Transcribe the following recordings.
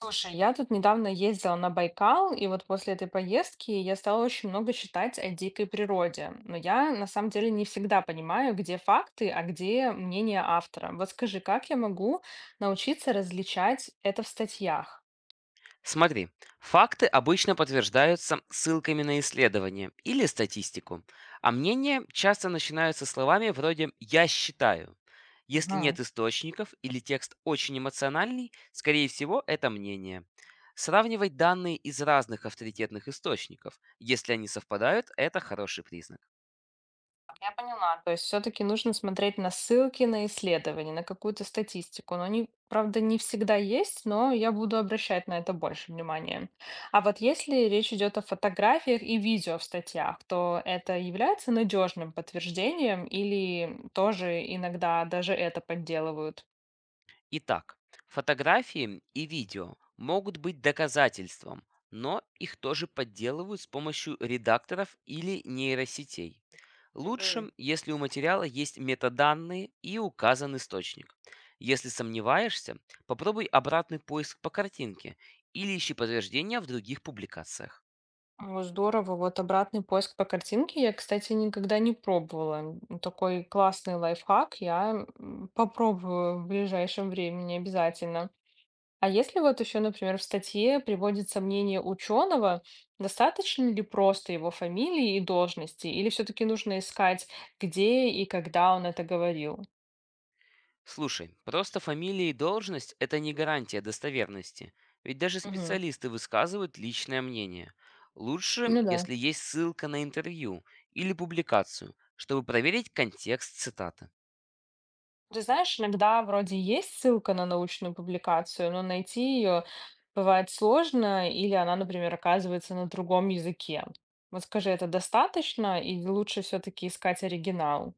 Слушай, я тут недавно ездила на Байкал, и вот после этой поездки я стала очень много читать о дикой природе. Но я на самом деле не всегда понимаю, где факты, а где мнение автора. Вот скажи, как я могу научиться различать это в статьях? Смотри, факты обычно подтверждаются ссылками на исследования или статистику, а мнения часто начинаются словами вроде «я считаю». Если нет источников или текст очень эмоциональный, скорее всего, это мнение. Сравнивать данные из разных авторитетных источников. Если они совпадают, это хороший признак. Я поняла. То есть все-таки нужно смотреть на ссылки на исследования, на какую-то статистику. Но они, правда, не всегда есть, но я буду обращать на это больше внимания. А вот если речь идет о фотографиях и видео в статьях, то это является надежным подтверждением или тоже иногда даже это подделывают? Итак, фотографии и видео могут быть доказательством, но их тоже подделывают с помощью редакторов или нейросетей. Мгм. Лучше, если у материала есть метаданные и указан источник. Если сомневаешься, попробуй обратный поиск по картинке или ищи подтверждения в других публикациях. О, здорово. Вот обратный поиск по картинке я, кстати, никогда не пробовала. Такой классный лайфхак. Я попробую в ближайшем времени обязательно. А если вот еще, например, в статье приводится мнение ученого, достаточно ли просто его фамилии и должности, или все-таки нужно искать, где и когда он это говорил? Слушай, просто фамилия и должность– это не гарантия достоверности, ведь даже Мгм. специалисты высказывают личное мнение. Лучше, Ну да. если есть ссылка на интервью или публикацию, чтобы проверить контекст цитаты. Ты знаешь, иногда вроде есть ссылка на научную публикацию, но найти ее бывает сложно, или она, например, оказывается на другом языке. Вот скажи, это достаточно, или лучше все-таки искать оригинал?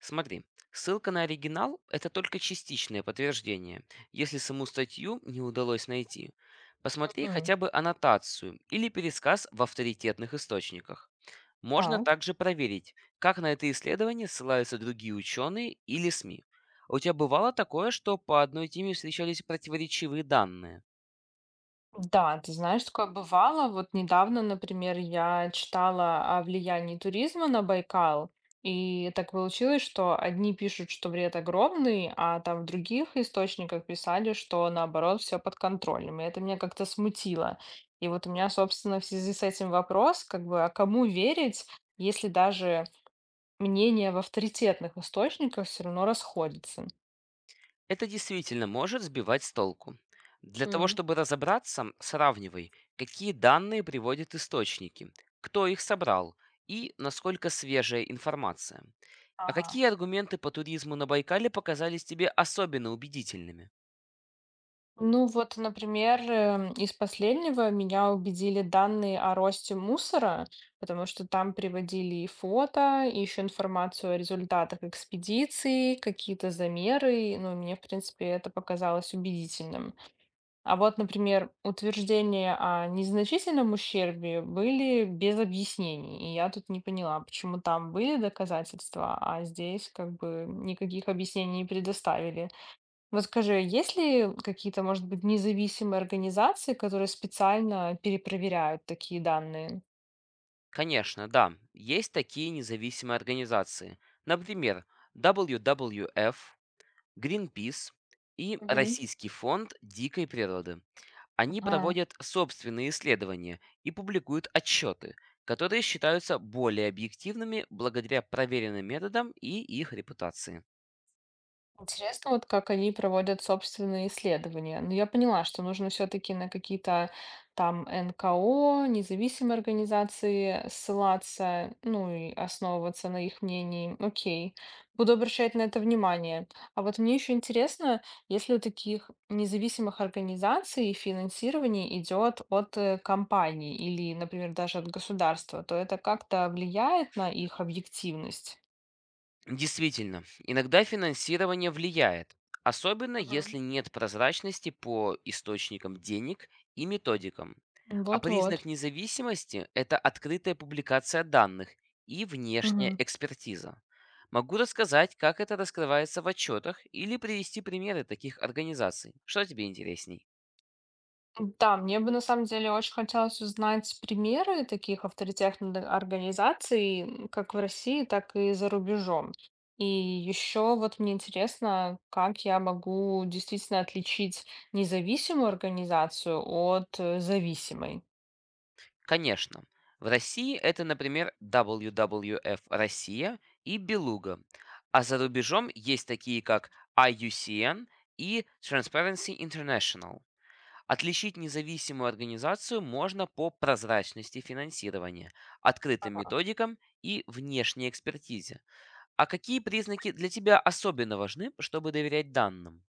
Смотри, ссылка на оригинал– это только частичное подтверждение, если саму статью не удалось найти. Посмотри Мгм. хотя бы аннотацию или пересказ в авторитетных источниках. Можно Так. также проверить, как на это исследование ссылаются другие ученые или СМИ. У тебя бывало такое, что по одной теме встречались противоречивые данные? Да, ты знаешь, такое бывало. Вот недавно, например, я читала о влиянии туризма на Байкал, и так получилось, что одни пишут, что вред огромный, а там в других источниках писали, что наоборот все под контролем. И это меня как-то смутило. И вот у меня, собственно, в связи с этим вопрос, как бы, а кому верить, если даже мнения в авторитетных источниках все равно расходятся? Это действительно может сбивать с толку. Для того М. чтобы разобраться, сравнивай, какие данные приводят источники, кто их собрал и насколько свежая информация. А Ага. какие аргументы по туризму на Байкале показались тебе особенно убедительными? Ну вот, например, из последнего меня убедили данные о росте мусора, потому что там приводили и фото, и еще информацию о результатах экспедиции, какие-то замеры, ну и мне, в принципе, это показалось убедительным. А вот, например, утверждения о незначительном ущербе были без объяснений, и я тут не поняла, почему там были доказательства, а здесь как бы никаких объяснений не предоставили. Вот скажи, есть ли какие-то, может быть, независимые организации, которые специально перепроверяют такие данные? Конечно, да, есть такие независимые организации. Например, WWF, Greenpeace и Мгм. Российский фонд дикой природы. Они Ага. проводят собственные исследования и публикуют отчеты, которые считаются более объективными благодаря проверенным методам и их репутации. Интересно, вот как они проводят собственные исследования. Но я поняла, что нужно все-таки на какие-то там НКО, независимые организации ссылаться, ну и основываться на их мнении. Окей, буду обращать на это внимание. А вот мне еще интересно, если у таких независимых организаций финансирование идет от компаний или, например, даже от государства, то это как-то влияет на их объективность? Действительно, иногда финансирование влияет, особенно Мгм. если нет прозрачности по источникам денег и методикам. А признак Вот-вот. независимости– это открытая публикация данных и внешняя экспертиза. Могу рассказать, как это раскрывается в отчетах, или привести примеры таких организаций. Что тебе интересней? Да, мне бы на самом деле очень хотелось узнать примеры таких авторитетных организаций, как в России, так и за рубежом. И еще вот мне интересно, как я могу действительно отличить независимую организацию от зависимой. Конечно. В России это, например, WWF Россия и Белуга. А за Мгм. рубежом есть такие, как IUCN и Transparency International. Отличить независимую организацию можно по прозрачности финансирования, открытым Ага. методикам и внешней экспертизе. А какие признаки для тебя особенно важны, чтобы доверять данным?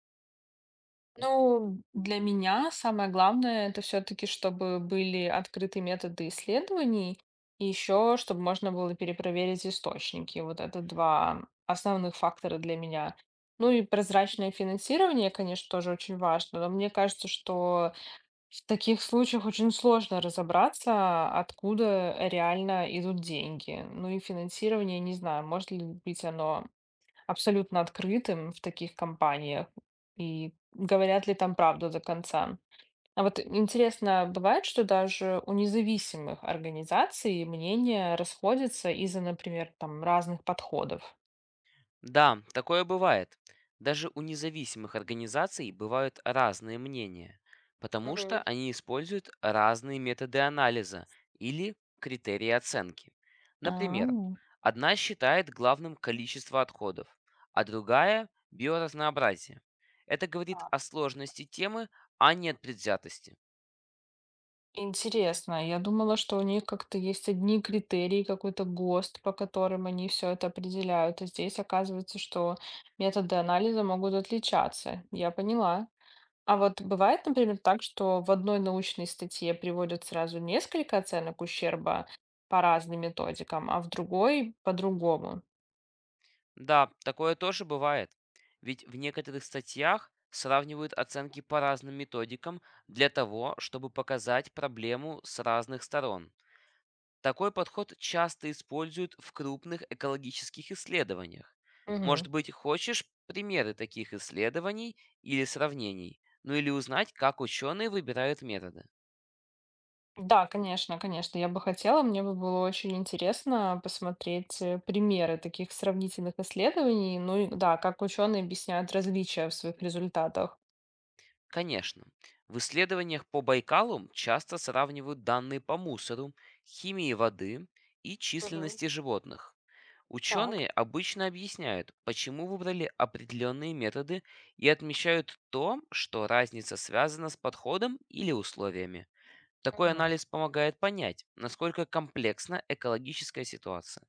Ну, для меня самое главное это все-таки, чтобы были открыты методы исследований, и еще, чтобы можно было перепроверить источники. Вот это два основных фактора для меня. Ну и прозрачное финансирование, конечно, тоже очень важно, но мне кажется, что в таких случаях очень сложно разобраться, откуда реально идут деньги. Ну и финансирование, не знаю, может ли быть оно абсолютно открытым в таких компаниях? И говорят ли там правду до конца? А вот интересно, бывает, что даже у независимых организаций мнения расходятся из-за, например, там разных подходов. Да, такое бывает. Даже у независимых организаций бывают разные мнения, потому что Мгм. они используют разные методы анализа или критерии оценки. А, Например, одна считает главным количество отходов, а другая– биоразнообразие. Это говорит а, о сложности темы, а не от предвзятости. Интересно. Я думала, что у них как-то есть одни критерии, какой-то ГОСТ, по которым они все это определяют. А здесь оказывается, что методы анализа могут отличаться. Я поняла. А вот бывает, например, так, что в одной научной статье приводят сразу несколько оценок ущерба по разным методикам, а в другой по-другому. Да, такое тоже бывает. Ведь в некоторых статьях сравнивают оценки по разным методикам для того, чтобы показать проблему с разных сторон. Такой подход часто используют в крупных экологических исследованиях. Может Мгм. быть, хочешь примеры таких исследований или сравнений, ну или узнать, как ученые выбирают методы. Да, конечно, конечно, я бы хотела, мне бы было очень интересно посмотреть примеры таких сравнительных исследований, ну и да, как ученые объясняют различия в своих результатах. Конечно. В исследованиях по Байкалу часто сравнивают данные по мусору, химии воды и Мгм. численности животных. Так. Ученые обычно объясняют, почему выбрали определенные методы, и отмечают то, что разница связана с подходом или условиями. Такой Мгм. анализ помогает понять, насколько комплексна экологическая ситуация.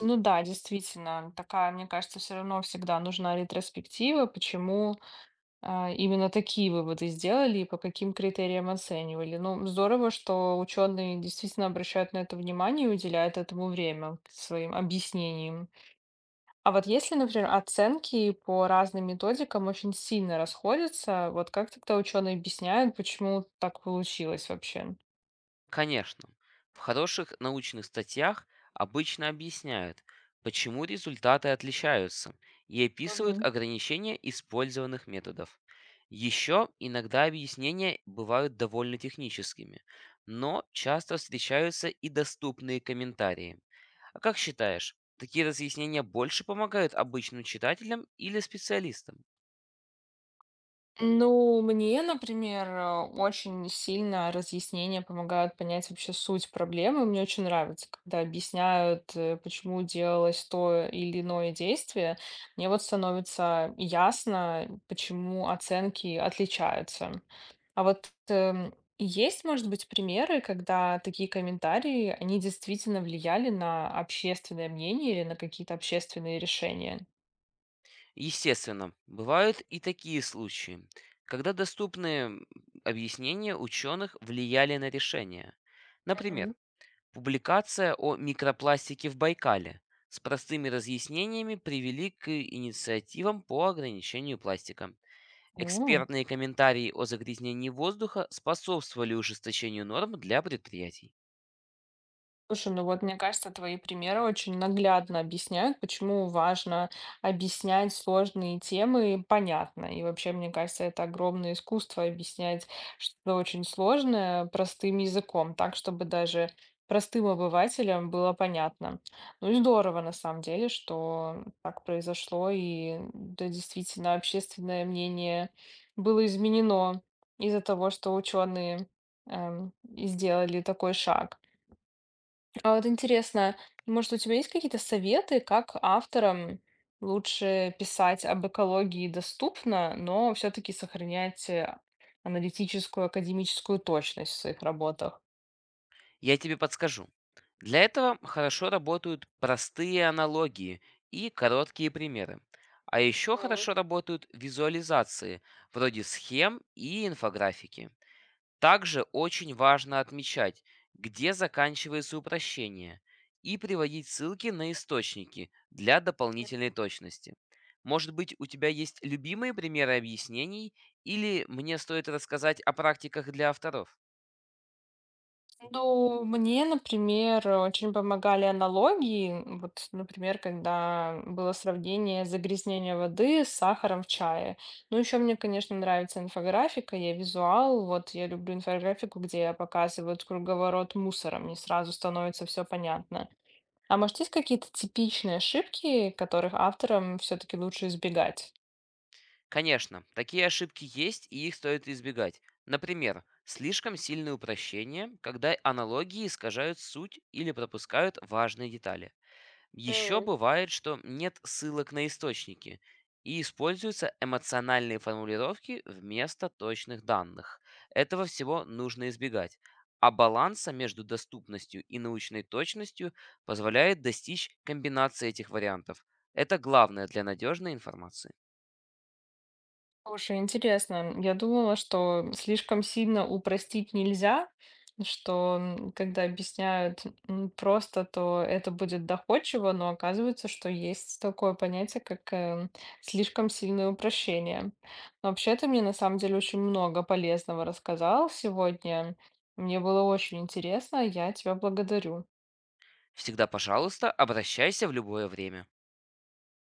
Ну да, действительно, такая, мне кажется, все равно всегда нужна ретроспектива, почему именно такие выводы сделали и по каким критериям оценивали. Ну, здорово, что ученые действительно обращают на это внимание и уделяют этому время к своим объяснениям. А вот если, например, оценки по разным методикам очень сильно расходятся, вот как тогда ученые объясняют, почему так получилось вообще? Конечно, в хороших научных статьях обычно объясняют, почему результаты отличаются, и описывают ограничения использованных методов. Еще иногда объяснения бывают довольно техническими, но часто встречаются и доступные комментарии. А как считаешь, такие разъяснения больше помогают обычным читателям или специалистам? Ну, мне, например, очень сильно разъяснения помогают понять вообще суть проблемы. Мне очень нравится, когда объясняют, почему делалось то или иное действие. Мне вот становится ясно, почему оценки отличаются. А вот есть, может быть, примеры, когда такие комментарии, они действительно влияли на общественное мнение или на какие-то общественные решения? Естественно, бывают и такие случаи, когда доступные объяснения ученых влияли на решение. Мгм. Например, публикация о микропластике в Байкале с простыми разъяснениями привели к инициативам по ограничению пластика. Экспертные комментарии о загрязнении воздуха способствовали ужесточению норм для предприятий. Слушай, ну вот мне кажется, твои примеры очень наглядно объясняют, почему важно объяснять сложные темы понятно. И вообще, мне кажется, это огромное искусство объяснять что-то очень сложное простым языком, так, чтобы даже простым обывателям было понятно. Ну и здорово, на самом деле, что так произошло, и да, действительно, общественное мнение было изменено из-за того, что ученые и сделали такой шаг. А вот интересно, может, у тебя есть какие-то советы, как авторам лучше писать об экологии доступно, но все-таки сохранять аналитическую, академическую точность в своих работах? Я тебе подскажу. Для этого хорошо работают простые аналогии и короткие примеры. А еще хорошо работают визуализации, вроде схем и инфографики. Также очень важно отмечать, где заканчивается упрощение, и приводить ссылки на источники для дополнительной точности. Может быть, у тебя есть любимые примеры объяснений, или мне стоит рассказать о практиках для авторов? Ну, мне, например, очень помогали аналогии. Вот, например, когда было сравнение загрязнения воды с сахаром в чае. Ну, еще мне, конечно, нравится инфографика, я визуал. Вот я люблю инфографику, где показывают круговорот мусора. Мне сразу становится все понятно. А может, есть какие-то типичные ошибки, которых авторам все-таки лучше избегать? Конечно, такие ошибки есть, и их стоит избегать. Например, слишком сильное упрощение, когда аналогии искажают суть или пропускают важные детали. Еще бывает, что нет ссылок на источники, и используются эмоциональные формулировки вместо точных данных. Этого всего нужно избегать. А баланса между доступностью и научной точностью позволяет достичь комбинации этих вариантов. Это главное для надежной информации. Слушай, интересно. Я думала, что слишком сильно упростить нельзя, что когда объясняют просто, то это будет доходчиво, но оказывается, что есть такое понятие, как слишком сильное упрощение. Но вообще ты мне на самом деле очень много полезного рассказал сегодня. Мне было очень интересно, я тебя благодарю. Всегда, пожалуйста, обращайся в любое время.